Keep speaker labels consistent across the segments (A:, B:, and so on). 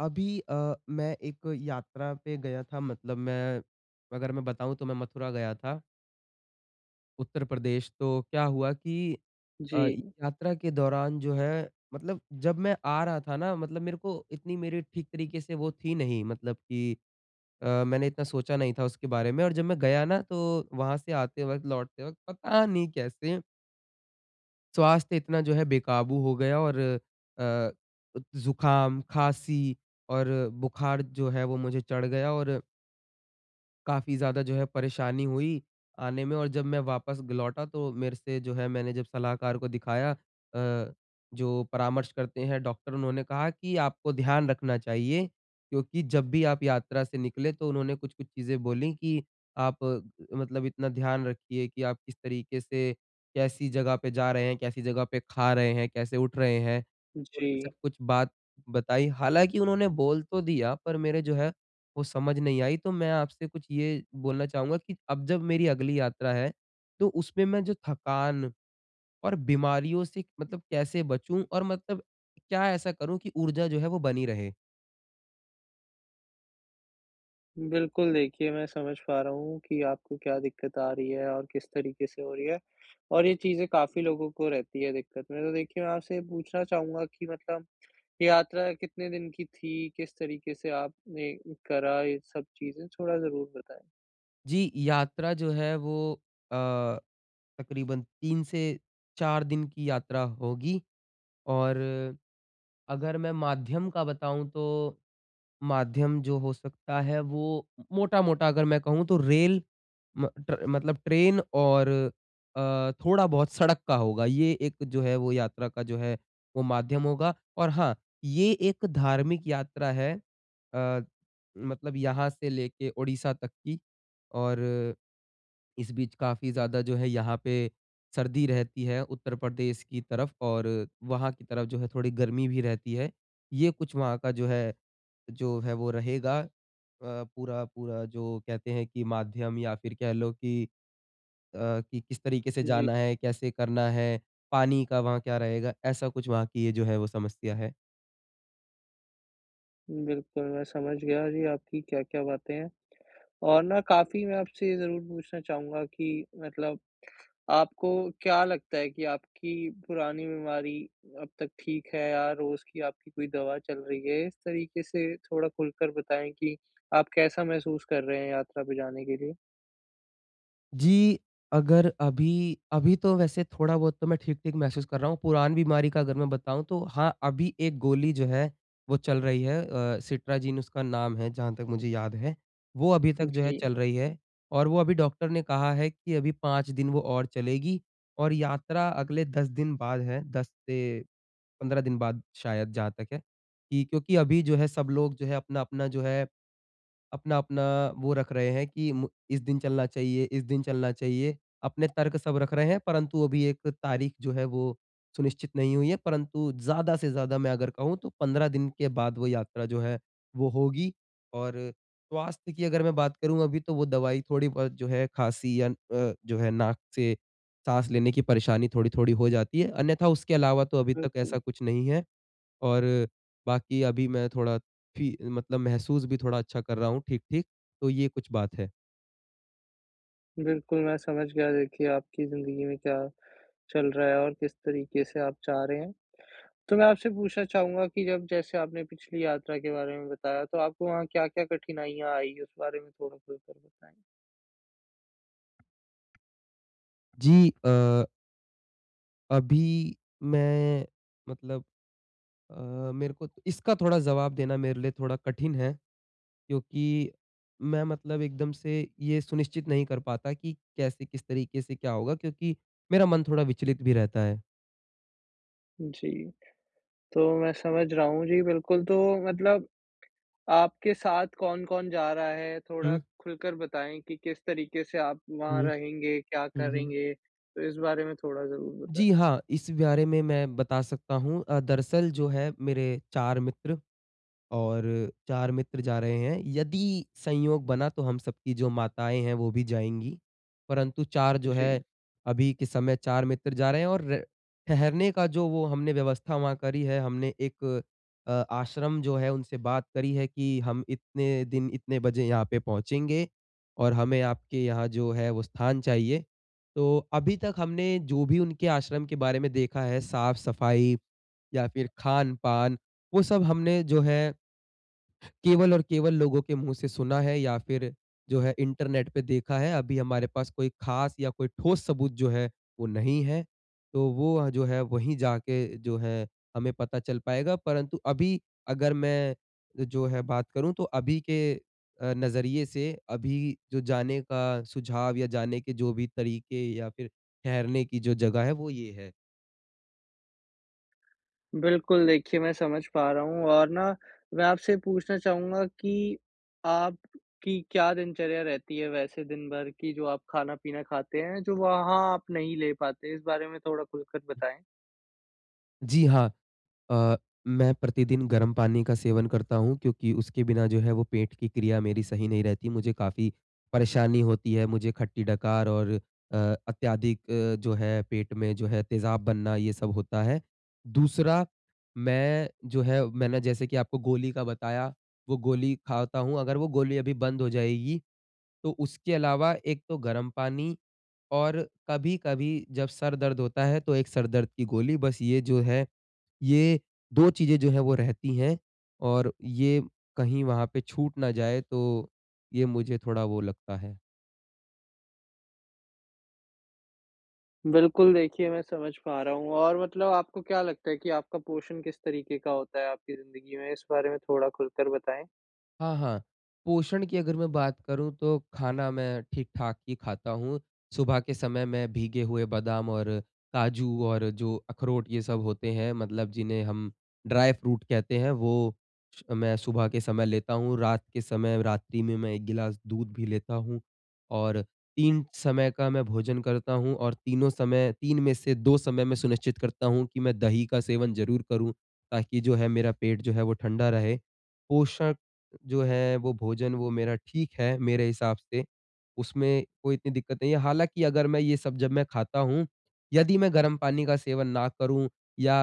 A: अभी मैं एक यात्रा पे गया था, मतलब मैं अगर मैं बताऊँ तो मैं मथुरा गया था, उत्तर प्रदेश। तो क्या हुआ कि अ,
B: जी,
A: यात्रा के दौरान जो है, मतलब जब मैं आ रहा था ना, मतलब मेरे को इतनी मेरी ठीक तरीके से वो थी नहीं, मतलब कि मैंने इतना सोचा नहीं था उसके बारे में। और जब मैं गया ना तो वहाँ से आते वक़्त, लौटते वक़्त पता नहीं कैसे स्वास्थ्य इतना जो है बेकाबू हो गया, और जुकाम, खाँसी और बुखार जो है वो मुझे चढ़ गया, और काफ़ी ज़्यादा जो है परेशानी हुई आने में। और जब मैं वापस ग लौटा तो मेरे से जो है मैंने जब सलाहकार को दिखाया, जो परामर्श करते हैं डॉक्टर, उन्होंने कहा कि आपको ध्यान रखना चाहिए, क्योंकि जब भी आप यात्रा से निकले तो उन्होंने कुछ-कुछ चीज़ें बोली कि आप मतलब इतना ध्यान रखिए कि आप किस तरीके से कैसी जगह पे जा रहे हैं, कैसी जगह पे खा रहे हैं, कैसे उठ रहे हैं। उन्होंने सब
B: जी।
A: कुछ बात बताई। हालाँकि उन्होंने बोल तो दिया, पर मेरे जो है वो समझ नहीं आई। तो मैं आपसे कुछ ये बोलना चाहूँगा कि अब जब मेरी अगली यात्रा है, तो उसमें मैं जो थकान और बीमारियों से मतलब कैसे बचूँ, और मतलब क्या ऐसा करूँ कि ऊर्जा जो है वो बनी रहे?
B: बिल्कुल, देखिए मैं समझ पा रहा हूँ कि आपको क्या दिक्कत आ रही है और किस तरीके से हो रही है, और ये चीज़ें काफ़ी लोगों को रहती है दिक्कत में। तो देखिए, मैं आपसे ये पूछना चाहूँगा कि मतलब ये यात्रा कितने दिन की थी? किस तरीके से आपने करा ये सब चीज़ें? थोड़ा ज़रूर बताएँ।
A: जी, यात्रा जो है वो अ, तकरीबन 3 से 4 दिन की यात्रा होगी। और अगर मैं माध्यम का बताऊँ तो माध्यम जो हो सकता है वो मोटा-मोटा अगर मैं कहूँ तो रेल, म ट्र मतलब ट्रेन, और थोड़ा बहुत सड़क का होगा। ये एक जो है वो यात्रा का जो है वो माध्यम होगा। और हाँ, ये एक धार्मिक यात्रा है, अ, मतलब यहाँ से लेके ओडिशा तक की। और इस बीच काफ़ी ज़्यादा जो है यहाँ पे सर्दी रहती है उत्तर प्रदेश की तरफ, और वहाँ की तरफ जो है थोड़ी गर्मी भी रहती है। ये कुछ वहाँ का जो है वो रहेगा, पूरा पूरा जो कहते हैं कि माध्यम, या फिर कह लो कि कि किस तरीके से
B: जी,
A: जाना है, कैसे करना है, पानी का वहाँ क्या रहेगा, ऐसा कुछ वहाँ की ये जो है वो समस्या है।
B: बिल्कुल मैं समझ गया जी, आपकी क्या-क्या बातें हैं, और ना काफ़ी मैं आपसे ये ज़रूर पूछना चाहूँगा कि मतलब आपको क्या लगता है कि आपकी पुरानी बीमारी अब तक ठीक है, या रोज़ की आपकी कोई दवा चल रही है? इस तरीके से थोड़ा खुलकर बताएँ कि आप कैसा महसूस कर रहे हैं यात्रा पे जाने के लिए?
A: जी, अगर अभी अभी तो वैसे थोड़ा बहुत तो मैं ठीक-ठीक महसूस कर रहा हूँ। पुरान बीमारी का अगर मैं बताऊँ तो हाँ, अभी एक गोली जो है वो चल रही है, सिट्राजिन उसका नाम है जहाँ तक मुझे याद है। वो अभी तक जो है
B: जी,
A: चल रही है, और वो अभी डॉक्टर ने कहा है कि अभी 5 दिन वो और चलेगी, और यात्रा अगले 10 दिन बाद है, 10 से 15 दिन बाद शायद जहाँ तक है। कि क्योंकि अभी जो है सब लोग जो है अपना-अपना वो रख रहे हैं कि मु इस दिन चलना चाहिए, इस दिन चलना चाहिए। अपने तर्क सब रख रहे हैं, परंतु अभी एक तारीख जो है वो सुनिश्चित नहीं हुई है, परंतु ज़्यादा से ज़्यादा मैं अगर कहूँ तो 15 दिन के बाद वो यात्रा जो है वो होगी। और स्वास्थ्य की अगर मैं बात करूँ अभी, तो वो दवाई थोड़ी बहुत जो है खाँसी या जो है नाक से साँस लेने की परेशानी थोड़ी-थोड़ी हो जाती है। अन्यथा उसके अलावा तो अभी तक ऐसा
B: बिल्कुल।
A: कुछ नहीं है। और बाकी अभी मैं थोड़ा फी मतलब महसूस भी थोड़ा अच्छा कर रहा हूँ ठीक-ठीक, तो ये कुछ बात है।
B: बिल्कुल, मैं समझ गया। देखिए, आपकी ज़िंदगी में क्या चल रहा है और किस तरीके से आप चाह रहे हैं। तो मैं आपसे पूछना चाहूँगा कि जब जैसे आपने पिछली यात्रा के बारे में बताया, तो आपको वहाँ क्या-क्या कठिनाइयाँ आई? उस बारे में थोड़ा खुलकर बताएँ।
A: जी अभी मैं मतलब मेरे को तो इसका थोड़ा जवाब देना मेरे लिए थोड़ा कठिन है, क्योंकि मैं मतलब एकदम से ये सुनिश्चित नहीं कर पाता कि कैसे, किस तरीके से क्या होगा, क्योंकि मेरा मन थोड़ा विचलित भी रहता है।
B: जी। तो मैं समझ रहा हूँ। जी, बिल्कुल। तो मतलब आपके साथ कौन-कौन जा रहा है? थोड़ा
A: हुँ,
B: खुलकर बताएँ कि किस तरीके से आप वहाँ
A: हुँ।
B: रहेंगे, क्या
A: हुँ, हुँ।
B: करेंगे? तो इस बारे में थोड़ा ज़रूर
A: जी
B: बताएँ।
A: हाँ, इस बारे में मैं बता सकता हूँ। दरअसल जो है मेरे 4 मित्र और 4 मित्र जा रहे हैं। यदि संयोग बना तो हम सबकी जो माताएँ हैं वो भी जाएँगी। परंतु 4 जो है
B: जी,
A: अभी के समय 4 मित्र जा रहे हैं, और र ठहरने का जो वो हमने व्यवस्था वहाँ करी है, हमने एक आश्रम जो है उनसे बात करी है कि हम इतने दिन इतने बजे यहाँ पे पहुँचेंगे, और हमें आपके यहाँ जो है वो स्थान चाहिए। तो अभी तक हमने जो भी उनके आश्रम के बारे में देखा है, साफ-सफाई या फिर खान-पान, वो सब हमने जो है केवल और केवल लोगों के मुँह से सुना है, या फिर जो है इंटरनेट पे देखा है। अभी हमारे पास कोई ख़ास या कोई ठोस सबूत जो है वो नहीं है। तो वो जो है वहीं जाके जो है हमें पता चल पाएगा, परंतु अभी अगर मैं जो है बात करूँ तो अभी के नज़रिए से अभी जो जाने का सुझाव या जाने के जो भी तरीके या फिर ठहरने की जो जगह है वो ये है।
B: बिल्कुल। देखिए, मैं समझ पा रहा हूँ, और ना मैं आपसे पूछना चाहूँगा कि आपकी क्या दिनचर्या रहती है वैसे दिन भर की? जो आप खाना-पीना खाते हैं, जो वहाँ आप नहीं ले पाते? इस बारे में थोड़ा खुलकर बताएँ।
A: जी हाँ, अ, मैं प्रतिदिन गर्म पानी का सेवन करता हूँ, क्योंकि उसके बिना जो है वो पेट की क्रिया मेरी सही नहीं रहती। मुझे काफ़ी परेशानी होती है, मुझे खट्टी डकार और अ, अत्यधिक जो है पेट में जो है तेज़ाब बनना, ये सब होता है। दूसरा, मैं जो है मैंने जैसे कि आपको गोली का बताया, वो गोली खाता हूँ। अगर वो गोली अभी बंद हो जाएगी, तो उसके अलावा एक तो गर्म पानी, और कभी-कभी जब सर दर्द होता है तो एक सर दर्द की गोली, बस ये जो है ये 2 चीज़ें जो है वो रहती हैं। और ये कहीं वहाँ पे छूट ना जाए, तो ये मुझे थोड़ा वो लगता है।
B: बिल्कुल, देखिए, मैं समझ पा रहा हूँ। और मतलब आपको क्या लगता है कि आपका पोषण किस तरीके का होता है आपकी ज़िंदगी में? इस बारे में थोड़ा खुलकर बताएँ।
A: हाँ, हाँ। पोषण की अगर मैं बात करूँ तो खाना मैं ठीक-ठाक ही खाता हूँ। सुबह के समय मैं भीगे हुए बादाम और काजू और जो अखरोट ये सब होते हैं, मतलब जिन्हें हम ड्राई फ्रूट कहते हैं, वो श मैं सुबह के समय लेता हूँ। रात के समय, रात्रि में मैं 1 गिलास दूध भी लेता हूँ, और 3 समय का मैं भोजन करता हूँ, और तीनों समय 3 में से 2 समय मैं सुनिश्चित करता हूँ कि मैं दही का सेवन ज़रूर करूँ, ताकि जो है मेरा पेट जो है वो ठंडा रहे। पोषण जो है वो भोजन वो मेरा ठीक है मेरे हिसाब से, उसमें कोई इतनी दिक्कत नहीं है। हालाँकि अगर मैं ये सब जब मैं खाता हूँ, यदि मैं गर्म पानी का सेवन ना करूँ, या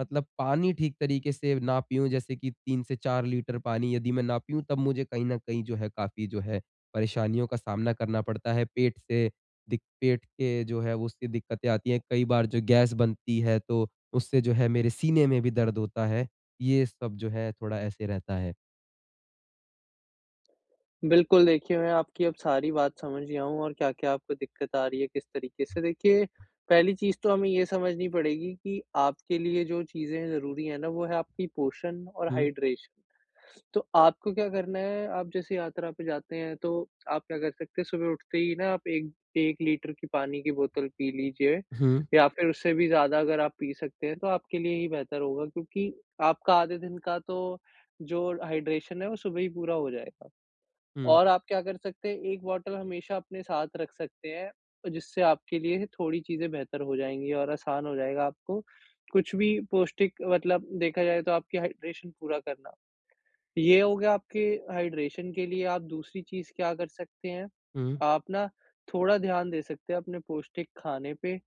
A: मतलब पानी ठीक तरीके से ना पीऊँ, जैसे कि 3 से 4 लीटर पानी यदि मैं ना पीऊँ, तब मुझे कहीं न कहीं जो है काफ़ी जो है परेशानियों का सामना करना पड़ता है। पेट से दिक पेट के जो है उससे दिक्कतें आती हैं। कई बार जो गैस बनती है तो उससे जो है मेरे सीने में भी दर्द होता है। ये सब जो है थोड़ा ऐसे रहता है।
B: बिल्कुल, देखिए, मैं आपकी अब सारी बात समझ गया हूँ, और क्या-क्या आपको दिक्कत आ रही है, किस तरीके से। देखिए, पहली चीज़ तो हमें ये समझनी पड़ेगी कि आपके लिए जो चीज़ें ज़रूरी हैं ना, वो है आपकी पोषण और हाइड्रेशन। तो आपको क्या करना है, आप जैसे यात्रा पे जाते हैं, तो आप क्या कर सकते हैं, सुबह उठते ही ना आप 1 1 लीटर की पानी की बोतल पी लीजिए,
A: हुँ,
B: या फिर उससे भी ज़्यादा अगर आप पी सकते हैं, तो आपके लिए ही बेहतर होगा, क्योंकि आपका आधे दिन का तो जो हाइड्रेशन है, वो सुबह ही पूरा हो जाएगा।
A: हुँ,
B: और आप क्या कर सकते हैं, 1 बॉटल हमेशा अपने साथ रख सकते हैं, जिससे आपके लिए थोड़ी चीज़ें बेहतर हो जाएँगी, और आसान हो जाएगा आपको कुछ भी पौष्टिक, मतलब देखा जाए तो आपकी हाइड्रेशन पूरा करना। ये हो गया आपके हाइड्रेशन के लिए। आप दूसरी चीज़ क्या कर सकते हैं,
A: हुँ,
B: आप ना थोड़ा ध्यान दे सकते हैं अपने पौष्टिक खाने पे,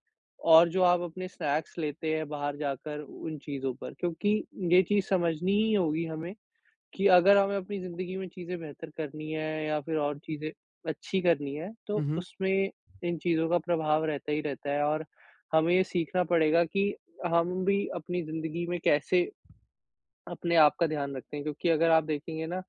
B: और जो आप अपने स्नैक्स लेते हैं बाहर जाकर, उन चीज़ों पर। क्योंकि ये चीज़ समझनी ही होगी हमें कि अगर हमें अपनी ज़िंदगी में चीज़ें बेहतर करनी है या फिर और चीज़ें अच्छी करनी है,
A: हुँ,
B: तो
A: हुँ,
B: उसमें इन चीज़ों का प्रभाव रहता ही रहता है। और हमें ये सीखना पड़ेगा कि हम भी अपनी ज़िंदगी में कैसे अपने आप का ध्यान रखते हैं, क्योंकि अगर आप देखेंगे ना,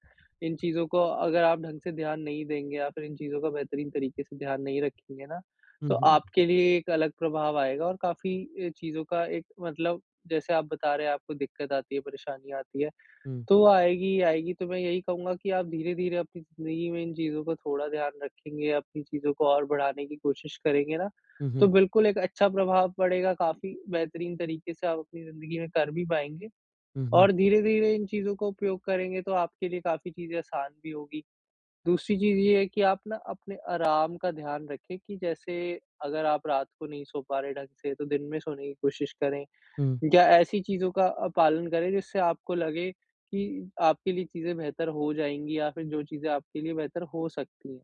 B: इन चीज़ों को अगर आप ढंग से ध्यान नहीं देंगे या फिर इन चीज़ों का बेहतरीन तरीके से ध्यान नहीं रखेंगे ना,
A: हुँ,
B: तो
A: हुँ,
B: आपके लिए एक अलग प्रभाव आएगा, और काफ़ी चीज़ों का एक, मतलब जैसे आप बता रहे हैं आपको दिक्कत आती है, परेशानी आती है,
A: हुँ,
B: तो वो आएगी ही आएगी। तो मैं यही कहूँगा कि आप धीरे-धीरे अपनी ज़िंदगी में इन चीज़ों को थोड़ा ध्यान रखेंगे, अपनी चीज़ों को और बढ़ाने की कोशिश करेंगे ना,
A: हुँ,
B: तो बिल्कुल एक अच्छा प्रभाव पड़ेगा, काफ़ी बेहतरीन तरीके से आप अपनी ज़िंदगी में कर भी पाएँगे।
A: हुँ, हुँ,
B: और धीरे-धीरे इन चीज़ों का उपयोग करेंगे, तो आपके लिए काफ़ी चीज़ें आसान भी होगी। दूसरी चीज़ ये है कि आप ना अपने आराम का ध्यान रखें, कि जैसे अगर आप रात को नहीं सो पा रहे ढंग से, तो दिन में सोने की कोशिश करें,
A: हुँ,
B: या ऐसी चीज़ों का पालन करें जिससे आपको लगे कि आपके लिए चीज़ें बेहतर हो जाएँगी, या फिर जो चीज़ें आपके लिए बेहतर हो सकती हैं।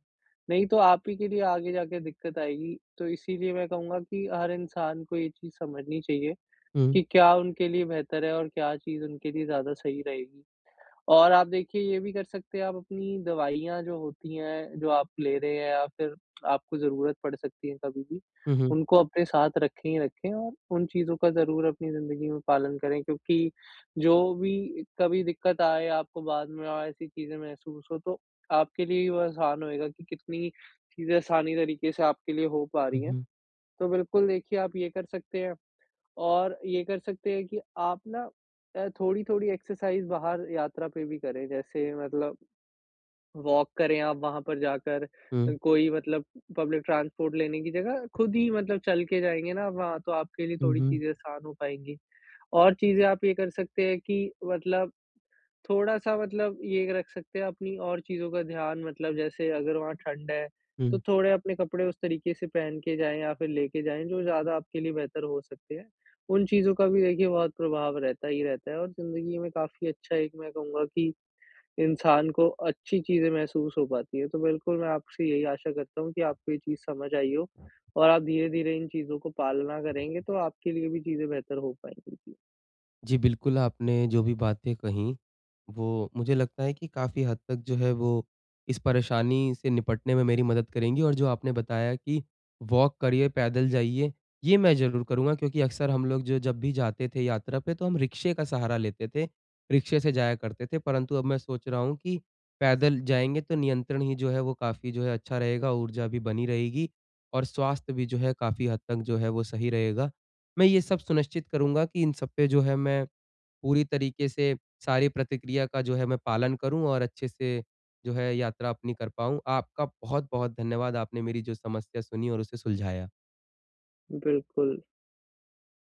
B: नहीं तो आप ही के लिए आगे जाके दिक्कत आएगी। तो इसीलिए मैं कहूँगा कि हर इंसान को ये चीज़ समझनी चाहिए
A: हुँ,
B: कि क्या उनके लिए बेहतर है, और क्या चीज़ उनके लिए ज़्यादा सही रहेगी। और आप देखिए, ये भी कर सकते हैं आप, अपनी दवाइयाँ जो होती हैं, जो आप ले रहे हैं या फिर आपको ज़रूरत पड़ सकती है कभी भी,
A: हुँ, हुँ,
B: उनको अपने साथ रखें ही रखें, और उन चीज़ों का ज़रूर अपनी ज़िंदगी में पालन करें। क्योंकि जो भी कभी दिक्कत आए आपको बाद में, और ऐसी चीज़ें महसूस हो, तो आपके लिए ही वो आसान होएगा कि कितनी चीज़ें आसानी तरीके से आपके लिए हो पा
A: हुँ,
B: रही
A: हुँ,
B: हैं।
A: हुँ,
B: तो बिल्कुल, देखिए, आप ये कर सकते हैं। और ये कर सकते हैं कि आप ना थोड़ी-थोड़ी एक्सरसाइज़ बाहर यात्रा पे भी करें, जैसे मतलब वॉक करें आप वहाँ पर जाकर, कोई मतलब पब्लिक ट्रांसपोर्ट लेने की जगह खुद ही मतलब चल के जाएँगे ना आप वहाँ, तो आपके लिए
A: हुँ,
B: थोड़ी
A: हुँ,
B: चीज़ें आसान हो पाएँगी। और चीज़ें आप ये कर सकते हैं कि मतलब थोड़ा-सा मतलब ये रख सकते हैं अपनी और चीज़ों का ध्यान, मतलब जैसे अगर वहाँ ठंड है, तो
A: हुँ।
B: थोड़े अपने कपड़े उस तरीके से पहन के जाएँ या फिर लेके जाएँ जो ज़्यादा आपके लिए बेहतर हो सकते हैं। उन चीज़ों का भी देखिए बहुत प्रभाव रहता ही रहता है, और ज़िंदगी में काफ़ी अच्छा, एक मैं कहूँगा कि इंसान को अच्छी चीज़ें महसूस हो पाती है। तो बिल्कुल, मैं आपसे यही आशा करता हूँ कि आपको ये चीज़ समझ आई हो, और आप धीरे-धीरे इन चीज़ों को पालना करेंगे, तो आपके लिए भी चीज़ें बेहतर हो पाएँगी। जी,
A: जी, बिल्कुल, आपने जो भी बातें कहीं, वो मुझे लगता है कि काफ़ी हद तक जो है वो इस परेशानी से निपटने में मेरी मदद करेंगी, और जो आपने बताया कि वॉक करिए, पैदल जाइए, ये मैं ज़रूर करूँगा, क्योंकि अक्सर हम लोग जो जब भी जाते थे यात्रा पे, तो हम रिक्शे का सहारा लेते थे, रिक्शे से जाया करते थे। परंतु अब मैं सोच रहा हूँ कि पैदल जाएँगे तो नियंत्रण ही जो है वो काफ़ी जो है अच्छा रहेगा, ऊर्जा भी बनी रहेगी, और स्वास्थ्य भी जो है काफ़ी हद तक जो है वो सही रहेगा। मैं ये सब सुनिश्चित करूँगा कि इन सब पे जो है मैं पूरी तरीके से सारी प्रतिक्रिया का जो है मैं पालन करूँ, और अच्छे से जो है यात्रा अपनी कर पाऊँ। आपका बहुत-बहुत धन्यवाद, आपने मेरी जो समस्या सुनी और उसे सुलझाया।
B: बिल्कुल।